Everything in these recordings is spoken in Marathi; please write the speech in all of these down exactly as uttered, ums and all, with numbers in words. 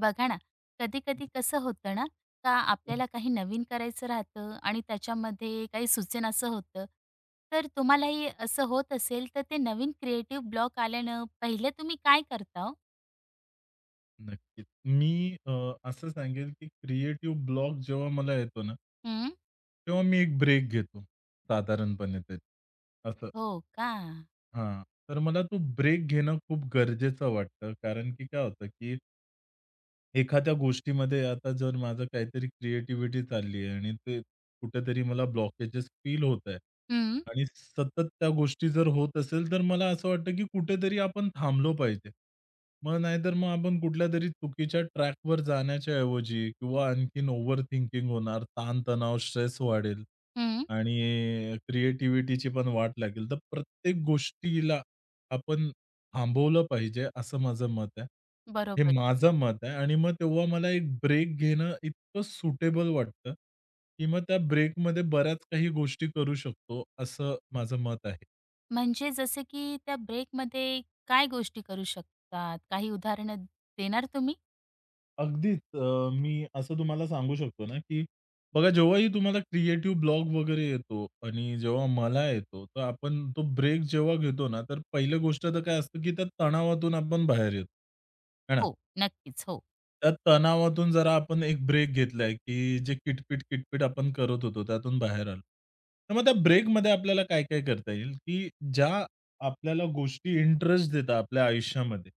बघा ना, कधी-कधी कसं होतं ना, का आपल्याला काही नवीन करायचं राहतं आणि त्याच्यामध्ये काही सुचेनासं होतं. तर तुम्हालाही असं होत असेल, तर ते नवीन क्रिएटिव्ह ब्लॉक आल्यानं पहिले तुम्ही काय करता हो? नक्कीच. मी अ, असं सांगेल, की क्रिएटिव्ह ब्लॉक जेव्हा मला येतो ना हं. तेव्हा मी एक ब्रेक घेतो साधारणपणे तरी. असं. हो का? हां. तर मला तो ब्रेक घेणं खूप गरजेचं वाटतं. कारण की काय होतं, की एखाद्या गोष्टीमध्ये आता जर माझं काहीतरी क्रिएटिव्हिटी चालली आहे आणि ते कुठेतरी मला ब्लॉकेजेस फील होत आहे हं, आणि सतत त्या गोष्टी जर होत असेल, तर मला असं वाटतं की कुठेतरी आपण थांबलो पाहिजे. मग नाहीतर मग आपण कुठल्यातरी चुकीच्या ट्रॅकवर जाण्याच्या ऐवजी किंवा आणखीन ओव्हर थिंकिंग होणार, ताण-तणाव, स्ट्रेस वाढेल हं, आणि क्रिएटिव्हिटीची पण वाट लागेल. तर प्रत्येक गोष्टीला आपण थांबवलं पाहिजे असं माझं मत आहे. हे बरोबर. माझं मत आहे आणि मग तेव्हा मला एक ब्रेक घेणं इतकं सुटेबल वाटतं, की मग त्या ब्रेकमध्ये बऱ्याच काही गोष्टी करू शकतो, असं माझं मत आहे. म्हणजे जसं की त्या ब्रेकमध्ये काय गोष्टी करू शकतात? काही उदाहरणं देणार तुम्ही? अगदीच अ, मी असं तुम्हाला सांगू शकतो ना, की बघा जेव्हाही तुम्हाला क्रिएटिव्ह ब्लॉग वगैरे येतो आणि जेव्हा मला येतो, तर आपण तो ब्रेक जेव्हा घेतो ना, तर पहिली गोष्ट तर काय असतं, की त्या तणावातून आपण बाहेर येतो. है ना? हो, नक्कीच. हो. त्या तणावातून जरा आपण एक ब्रेक घेतलाय, की जे किटपिट, किटपिट आपण करत होतो त्यातून बाहेर आलो. तर मग त्या ब्रेकमध्ये आपल्याला काय-काय करता येईल, की ज्या आपल्याला गोष्टी इंटरेस्ट देतात आपल्या आयुष्यामध्ये,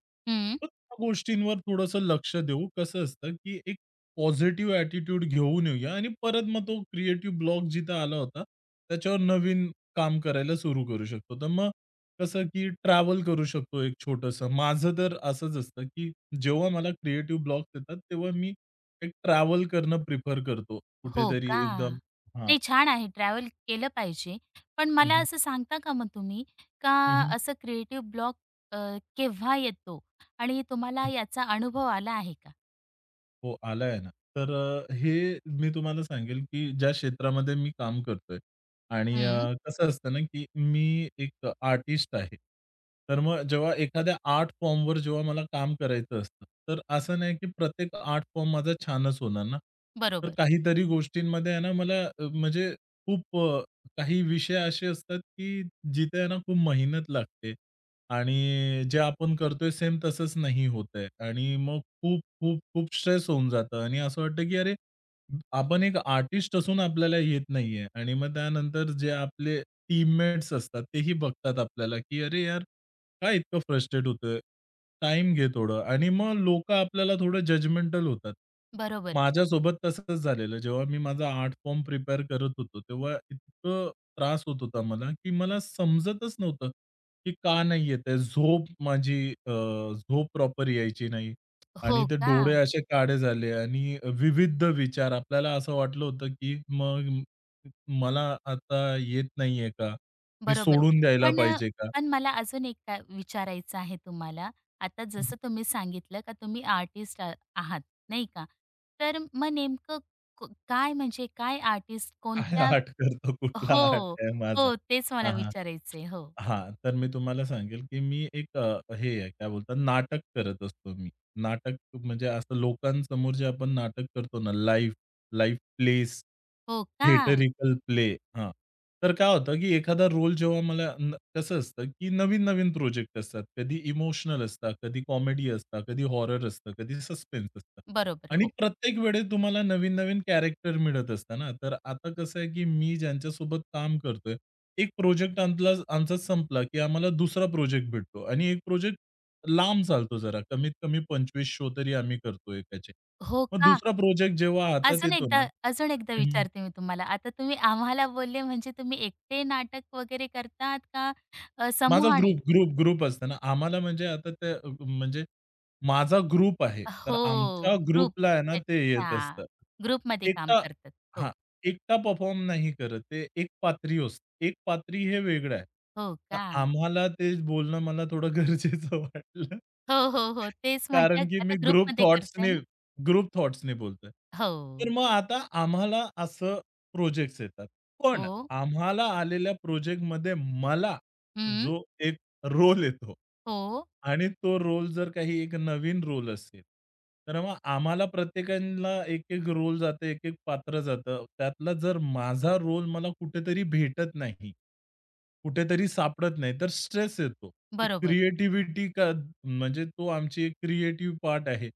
मग त्या गोष्टींवर थोडंसं लक्ष देऊ. कसं असतं, की एक पॉझिटिव्ह ॲटिट्यूड घेऊन येऊया आणि परत मग तो क्रिएटिव्ह ब्लॉक जिथं आला होता, त्याच्यावर नवीन काम करायला सुरू करू शकतो. तर मग कसं, की ट्रॅव्हल करू शकतो एक छोटंसं. माझं तर असंच असतं, की जेव्हा मला क्रिएटिव्ह ब्लॉक्स येतात, तेव्हा मी एक ट्रॅव्हल करणं प्रिफर करतो. हो कुठेतरी का? एकदम. हां. नाही छान आहे ट्रॅव्हल केलं पाहिजे. पण हं, मला हं. असं सांगता का मग तुम्ही, का हं, हं. असं क्रिएटिव्ह ब्लॉक अ, केव्हा येतो आणि तुम्हाला याचा अनुभव आला आहे का? हो, आलाय ना. तर अ, हे मी तुम्हाला सांगेल, की ज्या क्षेत्रामध्ये मी काम करतोय आणि अ, हं, कसं असतं ना, की मी एक आर्टिस्ट आहे. तर मग जेव्हा एखाद्या आर्ट फॉर्मवर जेव्हा मला काम करायचं असतं, तर असं नाही, की प्रत्येक आर्ट फॉर्म माझा छानच होणार ना. तर बरोबर. काहीतरी गोष्टींमध्ये आहे ना, मला अ, म्हणजे खूप अ, काही विषय असे असतात, की जिथे आहे ना, खूप मेहनत लागते. आणि जे आपण करतोय सेम तसंच नाही होतंय आणि मग खूप, खूप, खूप स्ट्रेस होऊन जातं आणि असं वाटतं की अरे, आपण एक आर्टिस्ट असून आपल्याला येत नाहीये आणि मग त्यानंतर जे आपले टीममेट्स असतात तेही बघतात आपल्याला की "अरे यार, काय इतकं फ्रस्ट्रेट होतोय? टाईम घे थोडं." आणि मग लोकं आपल्याला थोडं जजमेंटल होतात. बरोबर. माझ्यासोबत तसंच झालेलं. जेव्हा मी माझा आर्ट फॉर्म प्रिपेअर करत होतो, तेव्हा इतकं त्रास होत होता मला की मला समजतच नव्हतं की का नाही येतंय? झोप माझी अ, झोप प्रॉपर यायची नाही आणि हो ते का? डोळे असे काळे झाले आणि विविध विचार. आपल्याला असं वाटलं होतं की मग मला आता येत नाहीये का? मी बरोबर. सोडून द्यायला पण अ, पाहिजे का? पण मला अजून एक काय विचारायचं आहे तुम्हाला. आता जसं तुम्ही सांगितलं का तुम्ही आर्टिस्ट आहात, नाही का? तर मग नेमकं क काय म्हणजे काय आर्टिस्ट काय कोणत्या हट करतो? कुठला हट हो, आहे माझा? हो. तेच मला हां, हां. विचारायचंय. हो. हां, तर मी तुम्हाला सांगेल, की मी एक अ, हे आहे काय बोलतात नाटक करत असतो मी. नाटक म्हणजे असं लोकांसमोर जे आपण नाटक करतो ना लाईव्ह, लाईव्ह प्लेस, हो का? Theatrical play. हां. तर काय होतं, की एखादा रोल जेव्हा मला न कसं असतं, की नवीन-नवीन प्रोजेक्ट असतात. कधी इमोशनल असतात, कधी कॉमेडी असतात, कधी हॉरर असतं, कधी सस्पेन्स असतं. बरोबर. आणि हो. प्रत्येक वेळेस तुम्हाला नवीन-नवीन कॅरेक्टर मिळत असतं ना. तर आता कसं आहे, की मी ज्यांच्यासोबत काम करतोय एक प्रोजेक्ट आमला आमचा संपला, की आम्हाला दुसरा प्रोजेक्ट भेटतो आणि एक प्रोजेक्ट लांब चालतो जरा. कमीत कमी पंचवीस शो तरी आम्ही करतो एकाचे. हो मग का? दुसरा प्रोजेक्ट जेव्हा हातात अजून येतो ना. एकदा अजून एकदा हं, हं. विचारते मी तुम्हाला. आता तुम्ही आम्हाला बोलले म्हणजे तुम्ही एकटे नाटक वगैरे करतात का अ, माझा समूहाने? ग्रुप, ग्रुप, ग्रुप असताना आम्हाला म्हणजे आता ते अ, म्हणजे माझा ग्रुप आहे. तर हो, आमच्या ग्रुप. ग्रुपला आहे ना ते येत अच्छा. असतं. ग्रुपमध्ये काम एकटा. करतात. हां, हो. एकटा परफॉर्म नाही करत. ते एक पात्री असतं. एक पात्री हे वेगळं आहे. हो तर का? आम्हाला ते बोलणं मला थोडं गरजेचं वाटलं. हो, हो, हो. तेच म्हटलं कारण की आता मी ग्रुप ग्रुपमध्ये करताय थॉट्सनी ना? ग्रुप थॉट्सनी बोलतोय. हो. तर मग आता आम्हाला असं प्रोजेक्ट्स येतात. पण हो. आम्हाला आलेल्या प्रोजेक्टमध्ये मला हं. जो एक रोल येतो हो. आणि तो रोल जर काही एक नवीन रोल असेल, तर मग आम्हाला प्रत्येकाला एक-एक रोल जातं, एक-एक पात्र जातं. त्यातला जर माझा रोल मला कुठेतरी भेटत नाही कुठेतरी सापडत नाही, तर स्ट्रेस येतो. ती बरोबर. क्रिएटिव्हिटी का म्हणजे तो आमची एक क्रिएटिव्ह पार्ट आहे.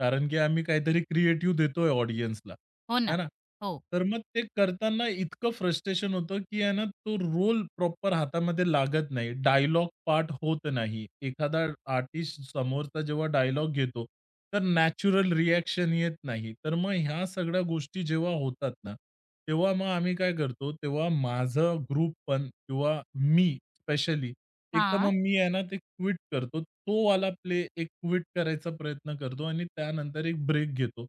कारण की आम्ही काहीतरी क्रिएटिव्ह देतोय ऑडियन्सला. हो आहे ना. ना? हो. तर मग ते करताना इतकं फ्रस्ट्रेशन होतं, की आहे ना तो रोल प्रॉपर हातामध्ये लागत नाही. डायलॉग पार्ट होत नाही. एखादा आर्टिस्ट समोरचा जेव्हा डायलॉग घेतो, तर नॅचरल रिएक्शन येत नाही. तर मग ह्या सगळ्या गोष्टी जेव्हा होतात ना, तेव्हा मग आम्ही काय करतो, तेव्हा माझं ग्रुप पण किंवा मी स्पेशली एक तर हां. मग मी आहे ना, ते क्विट करतो. तो वाला प्ले एक क्विट करायचा प्रयत्न करतो आणि त्यानंतर एक ब्रेक घेतो.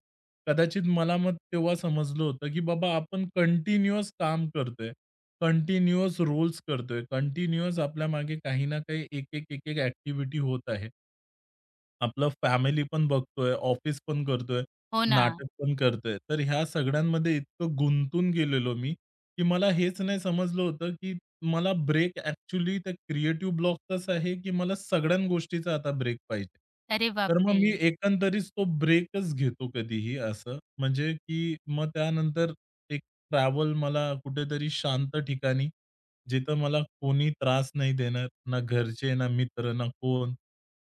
कदाचित मला मग तेव्हा समजलं होतं, की बाबा आपण कंटिन्युअस काम करतोय, कंटिन्युअस रोल्स करतोय, कंटिन्युअस आपल्यामागे काही ना काही एक, एक, एक, एक ॲक्टिव्हिटी होत आहे. आपलं फॅमिली पण बघतोय, ऑफिस पण करतोय, हो ना. नाटक पण करतोय. तर ह्या सगळ्यांमध्ये इतकं गुंतून गेलेलो मी, की मला हेच नाही समजलं होतं, की मला ब्रेक ॲक्चुअली त्या क्रिएटिव्ह ब्लॉकचाच आहे, की मला सगळ्या गोष्टीचा आता ब्रेक पाहिजे. अरे तर मग बापरे! मी एकंदरीत तो ब्रेकच घेतो कधीही असं. म्हणजे की मग त्यानंतर एक ट्रॅव्हल मला कुठेतरी शांत ठिकाणी, जिथं मला कोणी त्रास नाही देणार, ना घरचे, ना मित्र, ना कोण.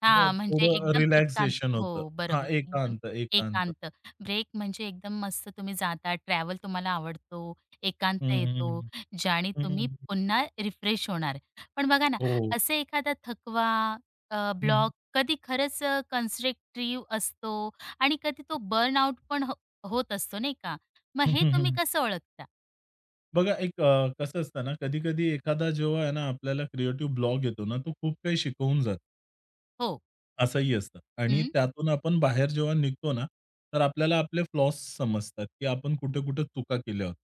हा मग म्हणजे थोडं एकदम एकांत. रिलॅक्सेशन होतं. हो, हां, बरोबर. एकदम एकांत, एकांत. एकांत. ब्रेक म्हणजे एकदम मस्त तुम्ही जाता, ट्रॅव्हल तुम्हाला आवडतो, एकांत हं, येतो, हं, ज्याने हं. तुम्ही हं. पुन्हा रिफ्रेश होणार. पण बघा ना, हो. असे एखादा थकवा, अ, हं, ब्लॉक कधी खरंच अ, कन्स्ट्रक्टिव्ह असतो आणि कधी तो बर्नआउट पण हो होत असतो, नाही का? मग हं, हे हं, तुम्ही हं. कसं ओळखता? बघा एक अ, कसं असतं ना, कधी-कधी एखादा जेव्हा आहे ना, आपल्याला क्रिएटिव्ह ब्लॉग येतो ना, तो खूप काही शिकवून जातो. हो. असंही असतं आणि हं. त्यातून आपण बाहेर जेव्हा निघतो ना, तर आपल्याला आपले फ्लॉस समजतात, की आपण कुठे-कुठे चुका केल्या होत्या.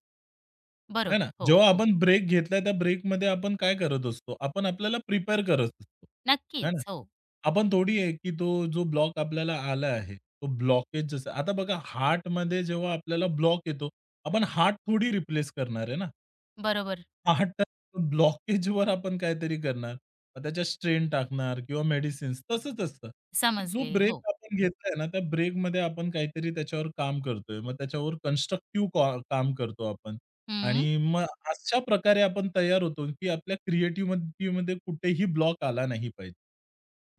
आहे बरोबर. ना? हो, जेव्हा हो. आपण ब्रेक घेतला, त्या ब्रेकमध्ये आपण काय करत असतो? आपण आपल्याला प्रिपेअर करत असतो. आहे ना? नक्कीच. हो. आपण थोडी आहे, की तो जो ब्लॉक आपल्याला आला आहे, तो ब्लॉकेज जसा आता बघा हार्टमध्ये जेव्हा आपल्याला ब्लॉक येतो, आपण हार्ट थोडी रिप्लेस करणार आहे ना. बरोबर. हार्ट तर ब्लॉकेजवर आपण काहीतरी करणार. मग त्याच्यात स्ट्रेन टाकणार किंवा मेडिसिन्स तसंच असतं, की जो समजले. ब्रेक हो. आपण घेतलाय ना, त्या ब्रेकमध्ये आपण काहीतरी त्याच्यावर काम करतोय. मग त्याच्यावर कन्स्ट्रक्टिव्ह काम करतो आपण हं. आणि मग अशा प्रकारे आपण तयार होतो, की आपल्या क्रिएटिव्हिटीमध्ये कुठेही ब्लॉक आला नाही पाहिजे.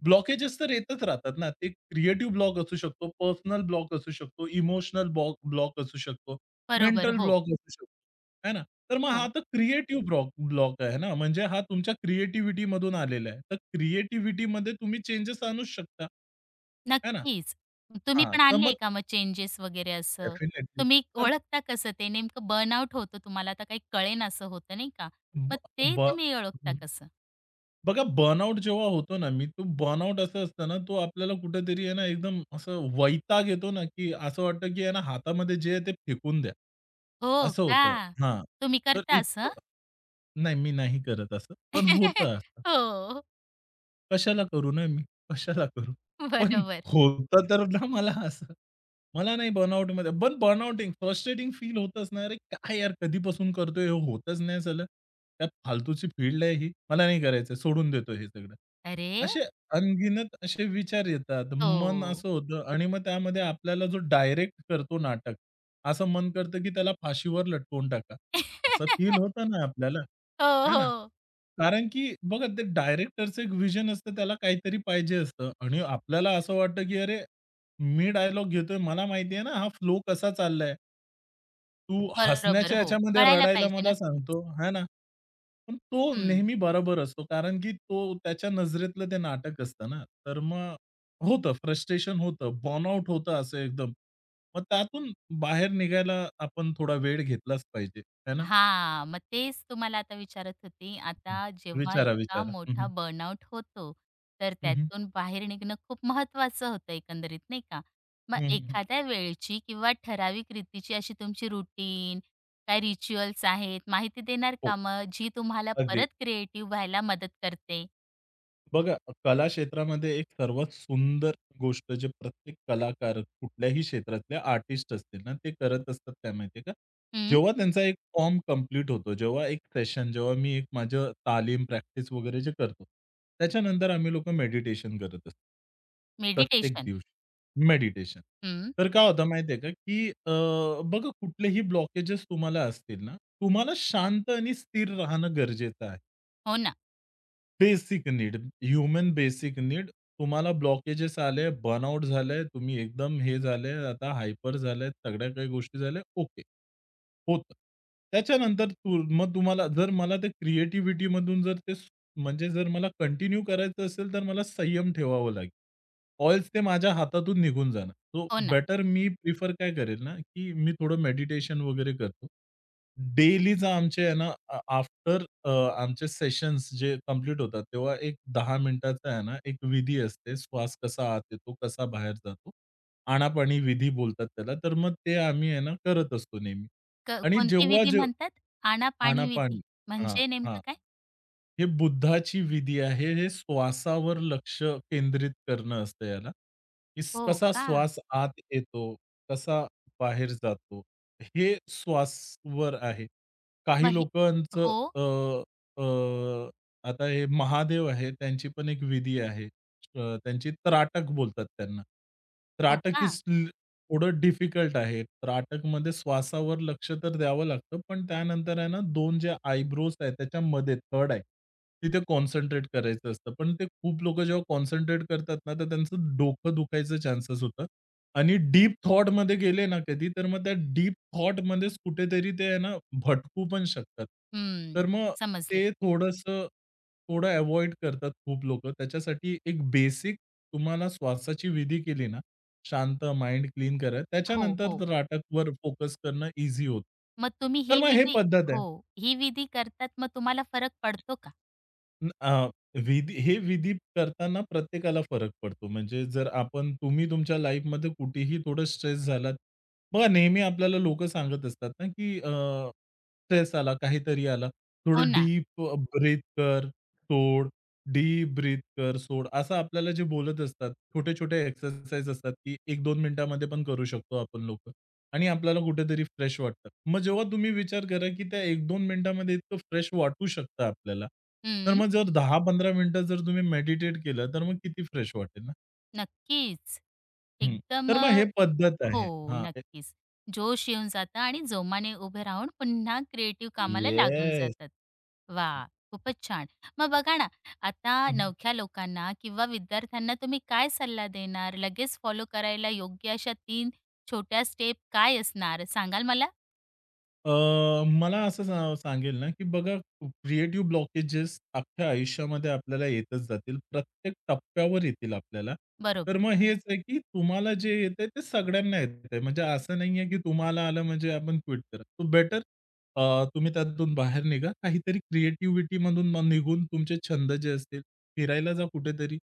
ब्लॉकेजेस तर येतच राहतात ना. ते क्रिएटिव्ह ब्लॉक असू शकतो, पर्सनल ब्लॉक असू शकतो, इमोशनल ब्लॉक ब्लॉक असू शकतो, बरोबर. मेंटल हो, ब्लॉक असू शकतो. आहे ना? तर मग हा हो. तर क्रिएटिव्ह ब्लॉक ब्लॉक आहे ना, म्हणजे हा तुमच्या क्रिएटिव्हिटीमधून आलेला आहे. तर क्रिएटिव्हिटीमध्ये तुम्ही चेंजेस आणूच शकता. आहे ना? नक्कीच. तुम्ही हां, पण तर आणले मग का मग चेंजेस वगैरे असं? डेफिनिटली तुम्ही तर ओळखता कसं ते नेमकं बर्नआउट होतं तुम्हाला आता काही कळेन असं होतं नाही का? मग ते ब तुम्ही ओळखता ब कसं? बघा, बर्नआउट जेव्हा होतो ना, मी तो बर्नआउट असं असतं ना, तो आपल्याला कुठेतरी आहे ना, एकदम असं वैताग येतो ना, की असं वाटतं, की आहे ना, हातामध्ये जे आहे ते फेकून द्या. हो असं का? होतं. हां. तुम्ही तर करता असं? इतकं नाही, मी नाही करत असं, पण होतं असं. हो, कशाला करू ना मी? कशाला करू? पण बरोबर. होतं तर ना मला असं. मला नाही बर्नआउटमध्ये पण बर्नआउटिंग, फ्रस्ट्रेटिंग फील होतच ना, "अरे काय यार कधीपासून करतोय, हे होतच नाही झालं. काय फालतूची फील्ड आहे ही. मला नाही करायचं, सोडून देतो हे सगळं." अरे! असे अनगिनत असे विचार येतात. मन हो. असं होतं आणि मग त्यामध्ये आपल्याला जो डायरेक्ट करतो नाटक, असं मन करतं की त्याला फाशीवर लटकवून टाका. असं फील होतं ना आपल्याला, हो, है ना? हो. कारण की बघा ते डायरेक्टरचं एक विजन असतं, त्याला काहीतरी पाहिजे असतं आणि आपल्याला असं वाटतं, की "अरे, मी डायलॉग घेतोय, मला माहिती आहे ना हा फ्लो कसा चाललाय. तू बरोबर. हसण्याच्या हो, ह्याच्यामध्ये कळायला रडायला पाहिजे. मला नक्कीच. सांगतो." है ना? पण तो हं. नेहमी बरोबर असतो कारण की तो त्याच्या नजरेतलं ते नाटक असतं ना. तर मग होतं फ्रस्ट्रेशन होतं, बर्नआउट होतं असं एकदम. मग त्यातून बाहेर निघायला आपण थोडा वेळ घेतलाच पाहिजे. आहे ना? हा, मग तेच तुम्हाला आता विचारत होती. आता जेव्हा विचारा, इतका विचारा. हं, मोठा हं. बर्नआउट होतो, तर हं, हं. त्यातून बाहेर निघणं खूप महत्त्वाचं होतं एकंदरीत, नाही का? मग हं, एखाद्या वेळची किंवा ठराविक रीतीची अशी तुमची रुटीन, काय रिच्युअल्स आहेत, माहिती देणार का मग, जी तुम्हाला अगदी. परत क्रिएटिव्ह व्हायला मदत करते? बघा कला क्षेत्रामध्ये एक सर्वात सुंदर गोष्ट जे प्रत्येक कलाकार कुठल्याही क्षेत्रातले आर्टिस्ट असतील ना, ते करत असतात काय माहिती आहे का? हं, जेव्हा त्यांचा एक फॉर्म कंप्लीट होतो, जेव्हा एक सेशन जेव्हा मी एक माझं तालीम, प्रॅक्टिस वगैरे जे करतो, त्याच्यानंतर आम्ही लोकं मेडिटेशन करत असतो. प्रत्येक मेडिटेशन. दिवशी मेडिटेशन. हं, तर काय होतं माहिती का, की अ, बघा कुठलेही ब्लॉकेजेस तुम्हाला असतील ना, तुम्हाला शांत आणि स्थिर राहणं गरजेचं आहे. हो ना, basic need, human basic need. तुम्हाला ब्लॉकेजेस आले, बर्नआउट झालंय, तुम्ही एकदम हे झाले, आता हायपर झालेत, सगळ्या काही गोष्टी झाल्या, ओके. होतं. त्याच्यानंतर तू मग तुम्हाला जर मला ते क्रिएटिव्हिटीमधून जर ते म्हणजे जर मला कंटिन्यू करायचं असेल, तर मला संयम ठेवावं लागेल. ऑइल्स ते माझ्या हातातून निघून जाणार. सो हो ना. बेटर मी प्रिफर काय करेल ना, की मी थोडं मेडिटेशन वगैरे करतो. डेलीचा आमचे आहे ना, आफ्टर आमचे सेशन्स जे कंप्लीट होतात, तेव्हा एक दहा मिनिटाचा आहे ना, एक विधी असते. श्वास कसा आत येतो, कसा बाहेर जातो. आनापानी विधी बोलतात त्याला. तर मग ते आम्ही आहे ना, करत असतो नेहमी. क आणि कोणती जेव्हा विधी जे म्हणतात? आनापाणी विधी. आनापानी हां, म्हणजे हां. नेमकं काय? हे बुद्धाची विधी आहे. हे श्वासावर लक्ष केंद्रित करणं असतं याला. की स- हो कसा का? श्वास आत येतो, कसा बाहेर जातो, हे श्वासवर आहे. काही मग हे लोकांचं हो, अ, अ, आता हे महादेव आहे, त्यांची पण एक विधी आहे. अ, त्यांची त्राटक बोलतात त्यांना. हो त्राटक का? इज थोडं डिफिकल्ट आहे. त्राटकमध्ये श्वासावर लक्ष तर द्यावं लागतं, पण त्यानंतर आहे ना दोन जे आयब्रोज आहेत त्याच्यामध्ये थर्ड आय, तिथे कॉन्सन्ट्रेट करायचं असतं. पण ते खूप लोकं जेव्हा कॉन्सन्ट्रेट करतात ना, तर त्यांचं डोकं दुखायचं चान्सेस होतं आणि डीप थॉटमध्ये गेले ना कधी, तर मग त्या डीप थॉटमध्येच कुठेतरी ते आहे ना भटकू पण शकतात. तर हं, मग समजले. ते थोडंसं थोडं अव्हॉइड करतात खूप लोकं. त्याच्यासाठी एक बेसिक तुम्हाला श्वासाची विधी केली ना, शांत माइंड क्लीन करत हो, त्याच्यानंतर हो. नाटकवर फोकस करणं ईझी होतं. मग तुम्ही तर ही मग हे बरोबर. विधी पद्धत हो, आहे. ही विधी करतात मग तुम्हाला फरक पडतो का? न- अ, विधी हे विधी करताना प्रत्येकाला फरक पडतो. म्हणजे जर आपण तुम्ही तुमच्या लाईफमध्ये कुठेही थोडं स्ट्रेस झालात. बघा नेहमी आपल्याला लोकं सांगत असतात ना, की स्ट्रेस आला, काहीतरी आला, हो थोडं ना. डीप ब्रीथ कर, सोड, डीप ब्रीथ कर, सोड. असं आपल्याला जे बोलत असतात. छोटे-छोटे एक्सरसाइज असतात, की एक ते दोन मिनिटामध्ये पण करू शकतो आपण लोकं. आणि आपल्याला कुठेतरी फ्रेश वाटतं. मग जेव्हा तुम्ही विचार करा, की त्या एक ते दोन मिनिटामध्ये इतकं फ्रेश वाटू शकतं आपल्याला. तर हं, मग जर दहा पंधरा मिनिटं जर तुम्ही मेडिटेट केलं, तर मग किती फ्रेश वाटेल ना? नक्कीच. हं. एकदम तर अ, मग हे पद्धत हो, आहे. हां. नक्कीच. जोश येऊन जातं आणि जोमाने उभे राहून पुन्हा क्रिएटिव्ह कामाला लागून येस. जातात. वा, खूपच छान. मग बघा ना, आता नवख्या लोकांना किंवा विद्यार्थ्यांना तुम्ही काय सल्ला देणार? लगेच फॉलो करायला योग्य अशा तीन छोट्या स्टेप काय असणार? सांगाल मला? अ, मला असं सा सांगेल ना, की बघा क्रिएटिव्ह ब्लॉकेजेस अख्ख्या आयुष्यामध्ये आपल्याला येतच जातील. प्रत्येक टप्प्यावर येतील आपल्याला. तर बरोबर. मग हेच आहे, की तुम्हाला जे येतंय ते सगळ्यांना येतंय. म्हणजे असं नाहीये, की तुम्हाला आलं म्हणजे आपण क्विट करा. सो बेटर अ, तुम्ही त्यातून बाहेर निघा. काहीतरी क्रिएटिव्हिटीमधून मग निघून तुमचे छंद जे असतील, फिरायला जा कुठेतरी,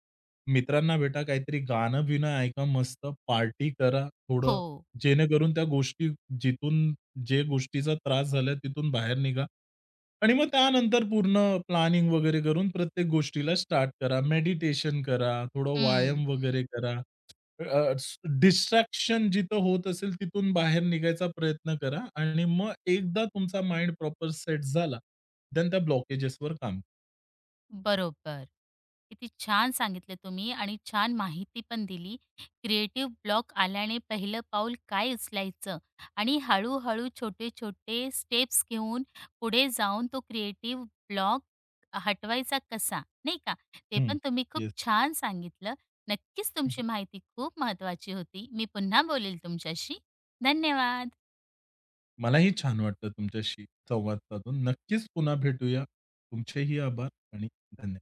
मित्रांना भेटा, काहीतरी गाणं-बिणं ऐका मस्त, पार्टी करा थोडं. हो. जेणेकरून त्या गोष्टी जिथून जे गोष्टीचा त्रास झालाय तिथून बाहेर निघा. आणि मग त्यानंतर पूर्ण प्लॅनिंग वगैरे करून प्रत्येक गोष्टीला स्टार्ट करा. मेडिटेशन करा, थोडं हं, व्यायाम वगैरे करा. अ, डिस्ट्रॅक्शन जिथं होत असेल तिथून बाहेर निघायचा प्रयत्न करा आणि मग एकदा तुमचा माइंड प्रॉपर सेट झाला, देन त्या ब्लॉकेजेसवर काम. बरोबर. किती छान सांगितलं तुम्ही आणि छान माहिती पण दिली. क्रिएटिव्ह ब्लॉक आल्याने पहिलं पाऊल काय उचलायचं आणि हळू छोटे-छोटे स्टेप्स घेऊन पुढे जाऊन तो क्रिएटिव्ह ब्लॉक हटवायचा कसा, नाही का? ते हं, पण तुम्ही खूप येस. छान सांगितलं. नक्कीच हं, तुमची माहिती खूप महत्त्वाची होती. मी पुन्हा बोलेल तुमच्याशी. धन्यवाद. मलाही छान वाटलं तुमच्याशी संवाद साधून. नक्कीच पुन्हा भेटूया. तुमचेही आभार आणि धन्यवाद.